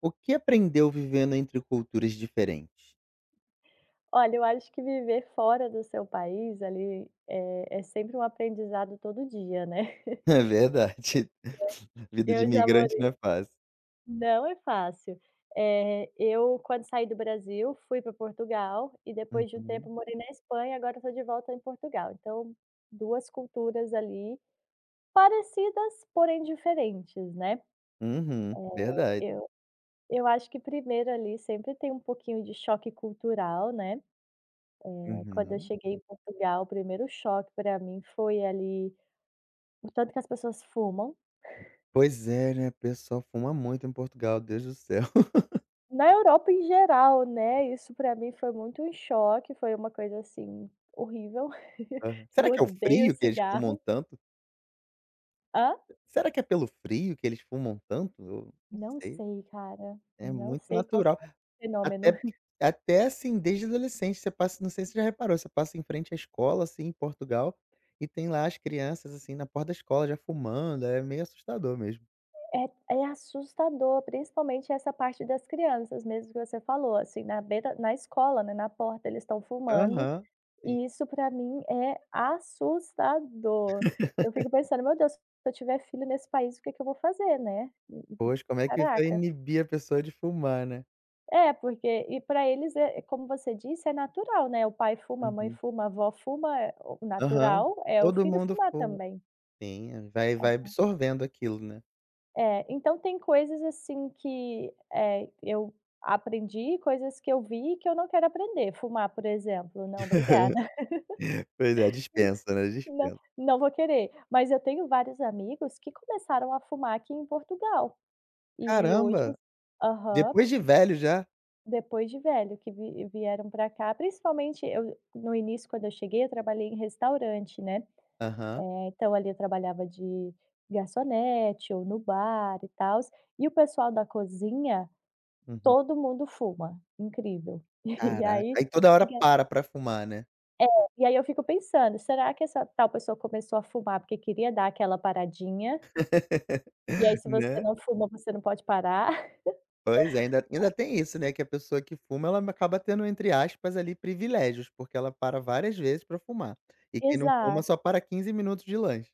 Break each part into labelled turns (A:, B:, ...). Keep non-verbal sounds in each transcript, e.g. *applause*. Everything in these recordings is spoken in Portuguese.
A: O que aprendeu vivendo entre culturas diferentes?
B: Olha, eu acho que viver fora do seu país ali é sempre um aprendizado todo dia, né. *laughs*
A: *laughs* É verdade. *laughs* Vida de
B: Eu já
A: imigrante não é
B: morei.
A: fácil.
B: Não é fácil. Eu, quando saí do Brasil, fui para Portugal e depois de um
A: Uhum.
B: tempo morei na Espanha, agora eu estou de volta em Portugal. Então, 2 culturas ali parecidas, porém diferentes, né.
A: Uhum. Verdade.
B: Eu eu acho que primeiro ali sempre tem um pouquinho de choque cultural, né. Quando eu
A: Uhum.
B: cheguei em Portugal, o primeiro choque para mim foi ali: o tanto que as pessoas fumam.
A: Pois é, né, o pessoal fuma muito em Portugal, Deus do céu. *laughs*
B: Na Europa em geral, né, isso pra mim foi muito um choque, foi uma coisa, assim, horrível. *laughs*
A: Aham.
B: Eu
A: Será que é o
B: odeio
A: frio que eles fumam
B: cigarro.
A: tanto?
B: Hã?
A: Será que é pelo frio que eles fumam tanto? Eu não
B: Não
A: sei.
B: sei, cara,
A: É
B: não
A: muito
B: sei qual que
A: natural.
B: é o fenômeno.
A: Até por desde adolescente você passa, não sei se você já reparou, você passa em frente à escola, assim, em Portugal, e tem lá as crianças, assim, na porta da escola já fumando, é meio assustador mesmo.
B: É assustador, principalmente essa parte das crianças mesmo que você falou, assim, na escola, né, na porta eles estão fumando.
A: Aham, sim.
B: E isso pra mim é assustador. Eu fico pensando: "Meu Deus, se eu tiver filho nesse país, o que é que eu vou fazer, né?"
A: Poxa, como é que vai
B: Caraca.
A: inibir a pessoa de fumar, né.
B: É, porque e pra eles é como você disse, é natural, né, o pai fuma, a mãe
A: Uhum.
B: fuma, a avó fuma, o
A: Aham.
B: natural é o
A: Todo
B: filho
A: mundo
B: fumar
A: fuma.
B: também.
A: Sim, vai absorvendo aquilo, né.
B: É, então tem coisas, assim, que, eu aprendi, coisas que eu vi que eu não quero aprender. Fumar, por exemplo, não, obrigada.
A: Pois é, dispensa, né,
B: Não,
A: dispensa.
B: não vou querer. Mas eu tenho vários amigos que começaram a fumar aqui em Portugal, e hoje.
A: Caramba,
B: Aham,
A: depois de velho já?
B: depois de velho que vi vieram para cá, principalmente eu no início, quando eu cheguei eu trabalhei em restaurante, né,
A: Aham,
B: então ali eu trabalhava de garçonete ou no bar e tal. E o pessoal da cozinha,
A: uhum.
B: todo mundo fuma, incrível. *laughs* E
A: Caraca,
B: aí
A: aí toda hora
B: fica
A: para pra fumar, né.
B: é, e aí eu fico pensando: "Será que essa tal pessoa começou a fumar porque queria dar aquela paradinha? E aí,
A: *laughs*
B: se você
A: Né?
B: não fuma, você não pode parar". *laughs*
A: Pois é, ainda tem isso, né, que a pessoa que fuma, ela acaba tendo, entre aspas, ali, "privilégios", porque ela para várias vezes para fumar. E quem não fuma
B: Exato,
A: só para 15 minutos de lanche.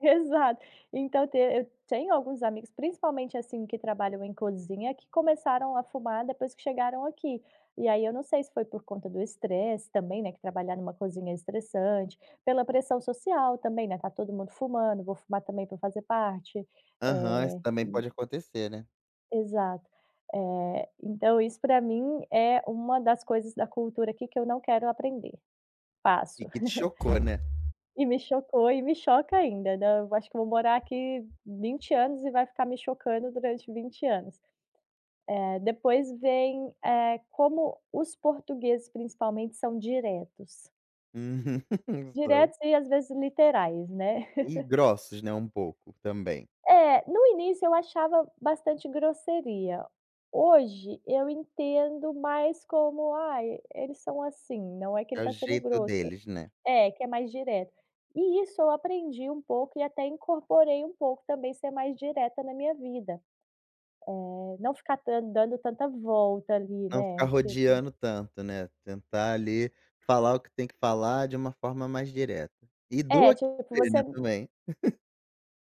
B: exato. Então, te eu tenho alguns amigos, principalmente, assim, que trabalham em cozinha, que começaram a fumar depois que chegaram aqui. E aí eu não sei se foi por conta do estresse também, né, que trabalhar numa cozinha é estressante, pela pressão social também, né, tá todo mundo fumando, vou fumar também para fazer parte.
A: Aham, isso
B: Eh,
A: também
B: hum,
A: pode acontecer, né.
B: exato. Então isso para mim é uma das coisas da cultura aqui que eu não quero aprender.
A: E
B: Passo.
A: que te chocou, né.
B: E me chocou e me choca ainda, né, eu acho que eu vou morar aqui 20 anos e vai ficar me chocando durante 20 anos. Depois vem, como os portugueses principalmente são diretos.
A: Uhum. *laughs* São.
B: Diretos e às vezes literais, né. *laughs*
A: E grossos, né, um pouco também.
B: É, no início eu achava bastante grosseria, hoje eu entendo mais como: "Ai, eles são assim", não é que
A: É
B: ele
A: o
B: está sendo
A: jeito
B: grosso.
A: deles, né.
B: É, que é mais direto. E isso eu aprendi um pouco e até incorporei um pouco também, ser mais direta na minha vida, não ficar tan dando tanta volta ali,
A: Não ficar
B: né, tipo.
A: rodeando tanto, né, tentar ali falar o que tem que falar de uma forma mais direta. E doa
B: é,
A: quem
B: tipo
A: doer,
B: você
A: né, também.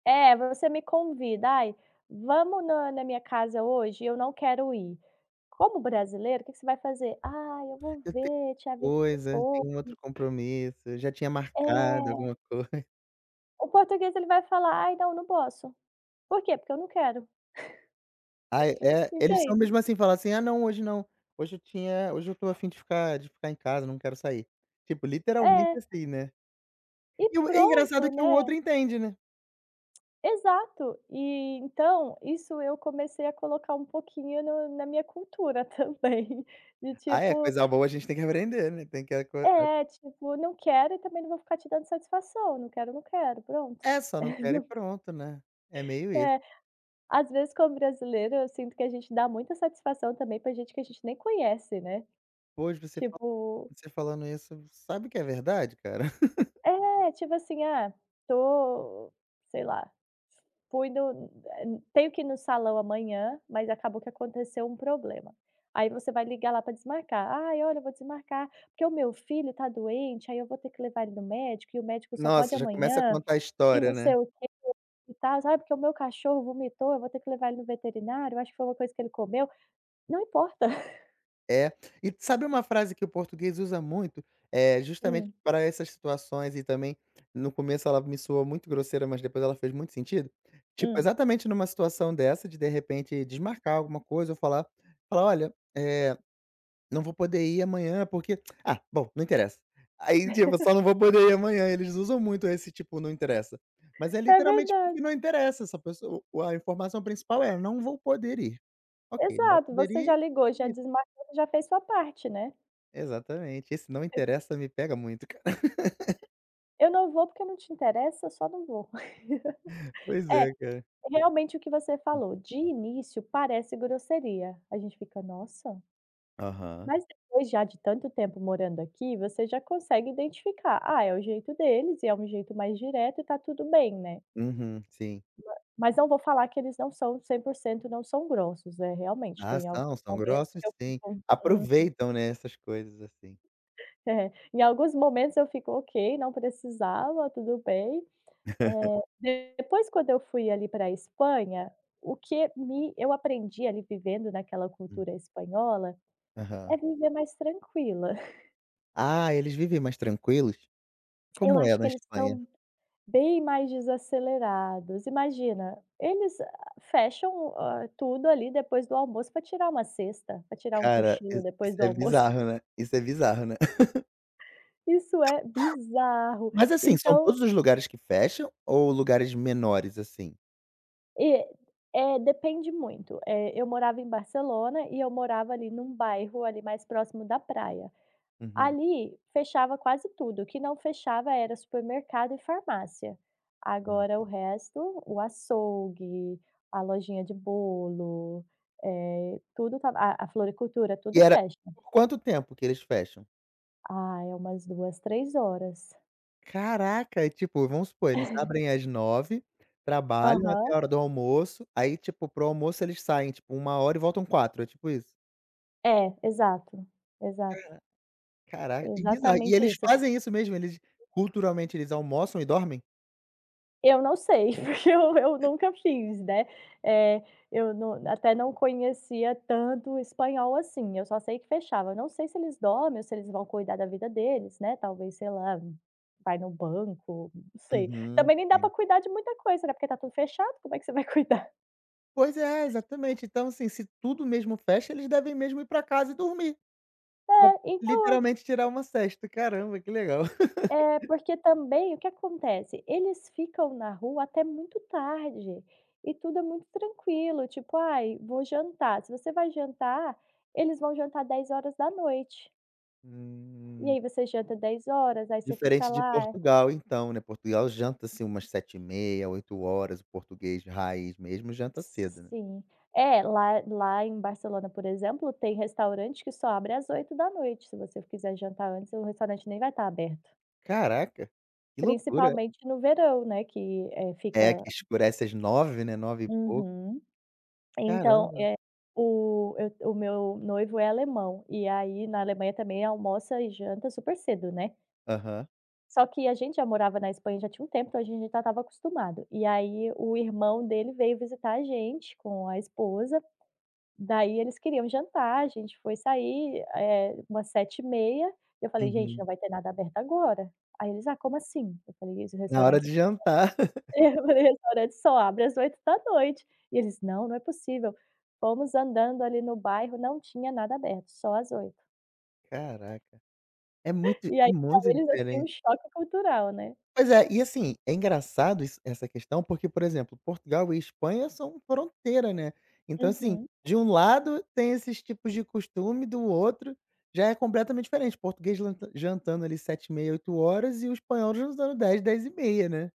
B: você me convida: "Ai, vamos na minha casa hoje e eu não quero ir". Como brasileiro, o que que você vai fazer? "Ah, eu vou
A: *laughs*
B: ver, te aviso
A: Coisa,
B: depois".
A: tem um outro compromisso, já tinha marcado
B: É,
A: alguma coisa.
B: o português ele vai falar: "Ai, não, não posso". Por quê? Porque eu não quero,
A: Ai, é, é, eles são
B: entende?
A: mesmo assim, falam assim: "Ah não, hoje não, hoje eu tô afim de ficar em casa, não quero sair". Tipo, literalmente
B: É,
A: assim, né.
B: e
A: E o é
B: pronto,
A: engraçado que o outro
B: né?
A: entende, né.
B: Exato. E então, isso eu comecei a colocar um pouquinho no na minha cultura também, *laughs* de
A: Ah é,
B: tipo:
A: coisa boa a gente tem que aprender, né, tem que aco
B: "É, tipo, não quero e também não vou ficar te dando satisfação, não quero, não quero, pronto".
A: é, só não quero
B: *laughs*
A: e pronto, né. É meio isso.
B: É, às vezes como brasileiro eu sinto que a gente dá muita satisfação também pra gente que a gente nem conhece, né.
A: hoje você fa
B: Tipo
A: você falando isso, sabe que é verdade, cara? *laughs*
B: é, tipo assim: "Ah, tô sei lá, Fui no tenho que ir no salão amanhã, mas acabou que aconteceu um problema". Aí você vai ligar lá para desmarcar: "Ai, olha, eu vou desmarcar, porque o meu filho tá doente, aí eu vou ter que levar ele no médico e o médico só pode
A: Nossa, já começa a
B: amanhã,
A: contar a
B: e
A: história,
B: não sei
A: né.
B: o que e tal. Sabe, porque o meu cachorro vomitou, eu vou ter que levar ele no veterinário, eu acho que foi uma coisa que ele comeu", não importa. *laughs*
A: É. E sabe uma frase que o português usa muito? Justamente
B: Hum,
A: para essas situações e também no começo ela me soou muito grosseira, mas depois ela fez muito sentido. Tipo,
B: hum.
A: exatamente numa situação dessa de repente, desmarcar alguma coisa ou falar: "Olha, não vou poder ir amanhã porque" "Ah, bom, não interessa". Aí, tipo, só não vou poder ir amanhã, eles usam muito esse tipo "não interessa". Mas é
B: É
A: literalmente porque
B: verdade.
A: não interessa, essa pessoa a informação principal é: "Não vou poder ir". Ok, não vai
B: Exato,
A: poder
B: você já
A: ir.
B: ligou, já desmarcou, já fez sua parte, né.
A: Exatamente. Esse "não interessa" me pega muito, cara. *laughs*
B: "Eu não vou porque não te interessa, eu só não vou". *laughs*
A: Pois
B: É.
A: é, cara.
B: Realmente o que você falou, de início parece grosseria, a gente fica: "Nossa",
A: Aham.
B: mas depois já de tanto tempo morando aqui, você já consegue identificar: "Ah, é o jeito deles e é um jeito mais direto e tá tudo bem, né".
A: Uhum, sim.
B: Mas não vou falar que eles não são 100%, não são grossos, é, realmente
A: Ah,
B: tem
A: são,
B: alguns
A: são
B: momentos
A: grossos
B: que eu
A: sim.
B: fico: "Hum".
A: Aproveitam, né, essas coisas assim.
B: *laughs* É, em alguns momentos eu fico: "Ok, não precisava, tudo bem".
A: *laughs*
B: Depois quando eu fui ali para a Espanha, o que me eu aprendi ali vivendo naquela
A: Hum.
B: cultura espanhola, é
A: Aham.
B: viver mais tranquila. *laughs*
A: Ah, eles vivem mais tranquilos?
B: Eu
A: Como é
B: acho que
A: na
B: eles
A: Espanha?
B: são bem mais desacelerados. Imagina, eles fecham, tudo ali depois do almoço para tirar uma cesta, para tirar um
A: Cara,
B: cochilo
A: is isso
B: depois do
A: é
B: almoço.
A: bizarro, né.
B: *laughs*
A: Isso é bizarro, né. *laughs*
B: Isso é bizarro.
A: Mas assim, são
B: Então
A: todos os lugares que fecham ou lugares menores, assim?
B: e depende muito. Eu morava em Barcelona e eu morava ali num bairro ali mais próximo da praia.
A: Uhum.
B: Ali fechava quase tudo, o que não fechava era supermercado e farmácia. Agora o
A: Ah.
B: resto, o açougue, a lojinha de bolo, tudo estava, a floricultura,
A: E
B: tudo
A: era
B: fecha.
A: por quanto tempo que eles fecham?
B: Ah, é umas duas, três horas.
A: Caraca, e tipo, vamos supor, eles
B: *laughs*
A: abrem às 9, trabalham até
B: Aham.
A: a hora do almoço, aí, tipo, pro almoço eles saem, tipo, uma hora e voltam quatro, é tipo isso?
B: É, exato, exato,
A: Caraca, e bizarro, e
B: exatamente
A: eles
B: isso.
A: fazem isso mesmo, eles culturalmente eles almoçam e dormem?
B: Eu não sei, *laughs* porque eu nunca fiz, né. Eh, eu até não conhecia tanto espanhol assim, eu só sei que fechava. Eu não sei se eles dormem ou se eles vão cuidar da vida deles, né, talvez, sei lá, vai no banco, não sei.
A: Uhum,
B: Também nem dá
A: sim.
B: para cuidar de muita coisa, né, porque tá tudo fechado, como é que você vai *laughs* cuidar?
A: Pois é, exatamente. Então, assim, se tudo mesmo fecha, eles devem mesmo ir para casa e dormir,
B: É, então
A: literalmente tirar uma sesta. Caramba, que legal. *laughs*
B: É, porque também o que acontece? Eles ficam na rua até muito tarde e tudo é muito tranquilo, tipo: "Ai, vou jantar". Se você vai jantar, eles vão jantar 10 horas da noite. E
A: Hum.
B: aí você janta 10 horas, aí você fica
A: Diferente de
B: lá.
A: Portugal então, né, Portugal janta assim umas 7h30, 8h. O português de raiz mesmo janta cedo, né.
B: Sim. É, lá em Barcelona, por exemplo, tem restaurante que só abre às 8 da noite. Se você quiser jantar antes, o restaurante nem vai estar aberto.
A: Caraca, que loucura.
B: Principalmente no verão, né, que, fica.
A: É, que escurece às 9, né, 9 e pouco.
B: Uhum. Então,
A: Caramba.
B: eh, o eu o meu noivo é alemão, e aí na Alemanha também almoça e janta super cedo, né.
A: Aham.
B: Só que a gente já morava na Espanha já tinha um tempo, então a gente já estava acostumado. E aí o irmão dele veio visitar a gente com a esposa, daí eles queriam jantar, a gente foi sair, umas 7h30, 30, eu falei: "Gente,
A: Uhum.
B: não vai ter nada aberto agora". Aí eles: "Ah, como assim?". Eu falei: "Os
A: Na hora
B: restaurantes".
A: de jantar.
B: *laughs*
A: *laughs*
B: Eu falei: "Restaurante só abre às oito da noite". E eles: "Não, não é possível". Fomos andando ali no bairro, não tinha nada aberto, só às 8.
A: Caraca,
B: E
A: é
B: aí
A: muito
B: para eles, assim, um
A: diferente.
B: choque cultural, né.
A: Pois é, e assim, é engraçado isso essa questão, porque, por exemplo, Portugal e Espanha são fronteira, né. Então, assim,
B: Uhum.
A: de um lado tem esses tipos de costume, do outro já é completamente diferente. Português janta jantando ali 7h30 8h e o espanhol jantando 10 10h30 né.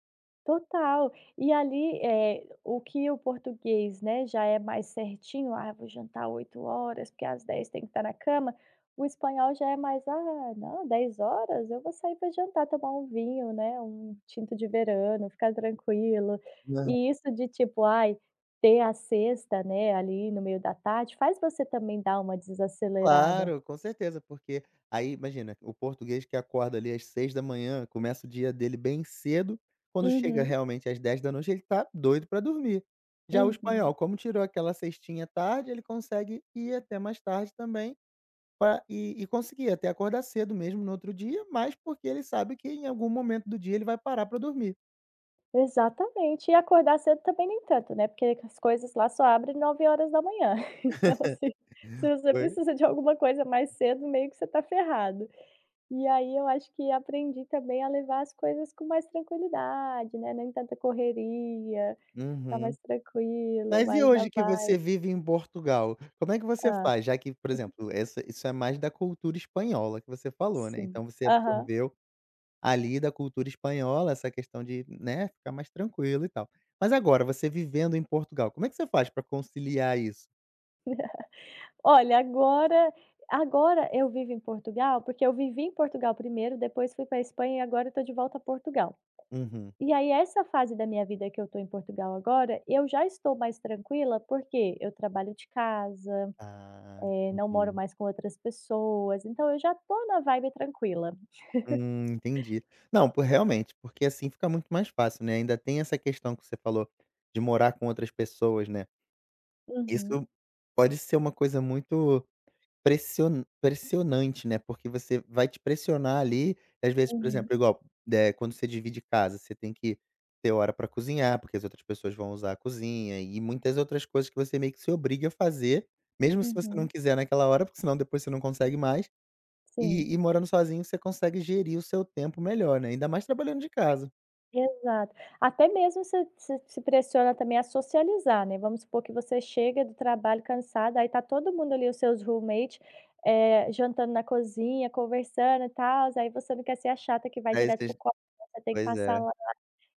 B: Total. E ali, o que o português, né, já é mais certinho: "Ah, vou jantar 8 horas porque às 10 tem que estar na cama". O espanhol já é mais: "Ah, não, 10 horas, eu vou sair para jantar, tomar um vinho, né, um tinto de verano, ficar tranquilo". E isso de, tipo, ai, ter a sexta, né, ali no meio da tarde, faz você também dar uma desacelerada.
A: Claro, com certeza, porque aí imagina, o português que acorda ali às 6 da manhã, começa o dia dele bem cedo, quando chega
B: Uhum,
A: realmente às 22h, ele tá doido pra dormir. Já o
B: uhum.
A: espanhol, como tirou aquela cestinha tarde, ele consegue ir até mais tarde também pra e conseguir até acordar cedo mesmo no outro dia, mas porque ele sabe que em algum momento do dia ele vai parar pra dormir.
B: Exatamente. E acordar cedo também nem tanto, né, porque as coisas lá só abrem 9 horas da manhã. *laughs* Então, assim, se você
A: Foi.
B: precisa de alguma coisa mais cedo, meio que você tá ferrado. E aí eu acho que aprendi também a levar as coisas com mais tranquilidade, né, nem tanta correria, ficar
A: Uhum.
B: mais tranquilo,
A: Mas e
B: mais na
A: hoje que você
B: vibe.
A: vive em Portugal, como é que você
B: Ah.
A: faz? Já que, por exemplo, essa isso é mais da cultura espanhola que você falou, né,
B: Sim.
A: então você
B: Aham.
A: absorveu ali da cultura espanhola essa questão de, né, ficar mais tranquilo e tal. Mas agora você vivendo em Portugal, como é que você faz pra conciliar isso?
B: Olha, agora eu vivo em Portugal, porque eu vivi em Portugal primeiro, depois fui para Espanha e agora eu tô de volta a Portugal.
A: Uhum.
B: E aí essa fase da minha vida que eu estou em Portugal agora, eu já estou mais tranquila, porque eu trabalho de casa,
A: Ah,
B: não moro
A: entendi.
B: mais com outras pessoas, então eu já estou na vibe tranquila.
A: Entendi. Não, po realmente, porque assim fica muito mais fácil, né, ainda tem essa questão que você falou de morar com outras pessoas, né,
B: Uhum,
A: isso pode ser uma coisa muito pressionante, né, porque você vai te pressionar ali, às vezes, por
B: uhum,
A: exemplo, igual, quando você divide casa, você tem que ter hora para cozinhar, porque as outras pessoas vão usar a cozinha e muitas outras coisas que você meio que se obriga a fazer, mesmo se você não
B: uhum.
A: quiser naquela hora, porque senão depois você não consegue mais,
B: Sim,
A: e morando sozinho você consegue gerir o seu tempo melhor, né, ainda mais trabalhando de casa.
B: exato. Até mesmo se pressiona também a socializar, né, vamos supor que você chega do trabalho cansada, aí tá todo mundo ali, os seus roommates jantando na cozinha, conversando e tals, aí você não quer ser a chata que vai
A: Aí
B: direto pro
A: vocês
B: quarto, né? Você tem que
A: pois
B: passar
A: é.
B: lá.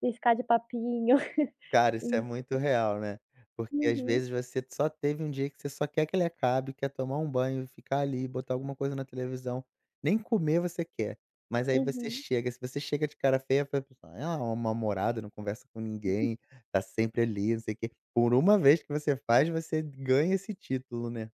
B: E ficar de papinho. *laughs*
A: Cara, isso é
B: En
A: muito real, né. Porque às
B: uhum,
A: vezes você só teve um dia que você só quer que ele acabe, quer tomar um banho, ficar ali, botar alguma coisa na televisão, nem comer você quer. Mas aí você
B: uhum.
A: chega, se você chega de cara feia, vai pensar: "Ah, uma namorada, não conversa com ninguém, tá sempre ali, não sei o quê". Por uma vez que você faz, você ganha esse título, né.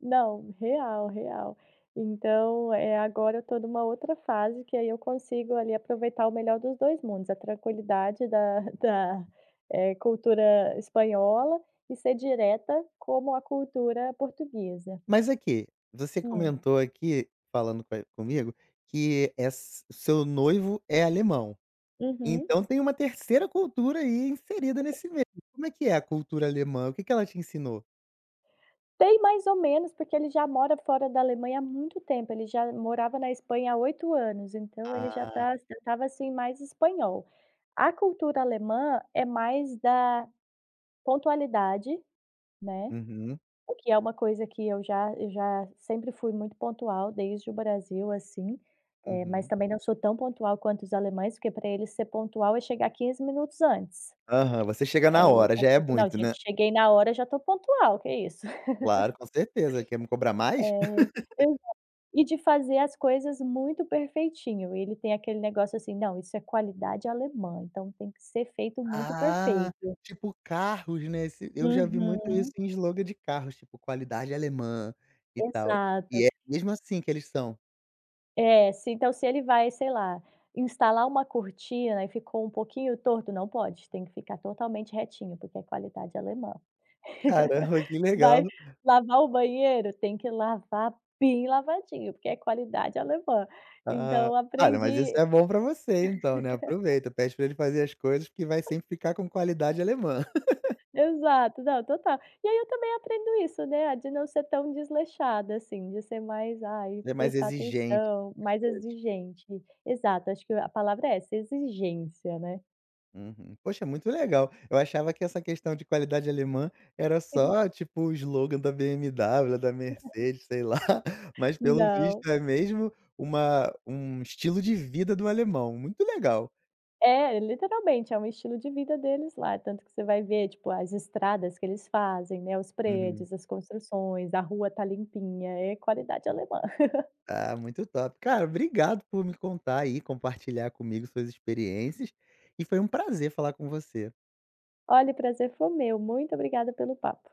B: Não, real, real. Então, é, agora eu tô numa outra fase que aí eu consigo ali aproveitar o melhor dos 2 mundos, a tranquilidade da *laughs* da, cultura espanhola e ser direta como a cultura portuguesa.
A: Mas aqui, você
B: Hum.
A: comentou aqui, falando co comigo, que ess o seu noivo é alemão.
B: Uhum.
A: Então tem uma terceira cultura aí inserida nesse meio. Como é que é a cultura alemã? O que que ela te ensinou?
B: Tem mais ou menos, porque ele já mora fora da Alemanha há muito tempo, ele já morava na Espanha há 8 anos, então ele já
A: Ah,
B: estava, assim, mais espanhol. A cultura alemã é mais da pontualidade, né,
A: uhum,
B: o que é uma coisa que eu já sempre fui muito pontual desde o Brasil, assim, mas
A: uhum.
B: também não sou tão pontual quanto os alemães, porque para eles ser pontual é chegar 15 minutos antes.
A: Aham, você chega na
B: Aí eu
A: hora,
B: já
A: já é
B: fico: "Não,
A: muito,
B: gente,
A: né.
B: cheguei na hora, já tô pontual, que isso". *laughs*
A: Claro, com certeza, quer me cobrar mais? *laughs*
B: Eh, eu e de fazer as coisas muito perfeitinho, ele tem aquele negócio assim: "Não, isso é qualidade alemã, então tem que ser feito muito
A: Ah,
B: perfeito".
A: tipo carros, né, esse eu já vi muito isso
B: Uhum.
A: em slogan de carros, tipo qualidade alemã e tal.
B: Exato.
A: E é mesmo assim que eles são?
B: É, se então se ele vai, sei lá, instalar uma cortina e ficou um pouquinho torto, não pode, tem que ficar totalmente retinho, porque é qualidade alemã. *laughs*
A: Caramba, que legal.
B: Vai lavar o banheiro, tem que lavar bem lavadinho, porque é qualidade alemã.
A: Ah,
B: Então
A: olha, mas isso
B: aprendi.
A: é bom pra você então, né, aproveita, pede pra ele fazer as coisas que vai sempre ficar com qualidade alemã.
B: Exato, não, total. E aí eu também aprendo isso, né, a de não ser tão desleixada, assim, de ser mais, ai,
A: Ele é mais
B: prestar
A: exigente
B: atenção,
A: com as
B: mais
A: coisas.
B: exigente. Exato, acho que a palavra é essa, exigência, né.
A: Uhum. Poxa, muito legal. Eu achava que essa questão de qualidade alemã era só, tipo, o slogan da BMW, da Mercedes, sei lá, *laughs* mas pelo
B: Não.
A: visto é mesmo uma um estilo de vida do alemão, muito legal.
B: É, literalmente, é um estilo de vida deles lá, tanto que você vai ver, tipo, as estradas que eles fazem, né, os
A: Uhum.
B: prédios, as construções, a rua tá limpinha, é qualidade alemã. *laughs*
A: Ah, muito top. Cara, obrigado por me contar aí, compartilhar comigo suas experiências, e foi um prazer falar com você.
B: Olha, o prazer foi meu, muito obrigada pelo papo.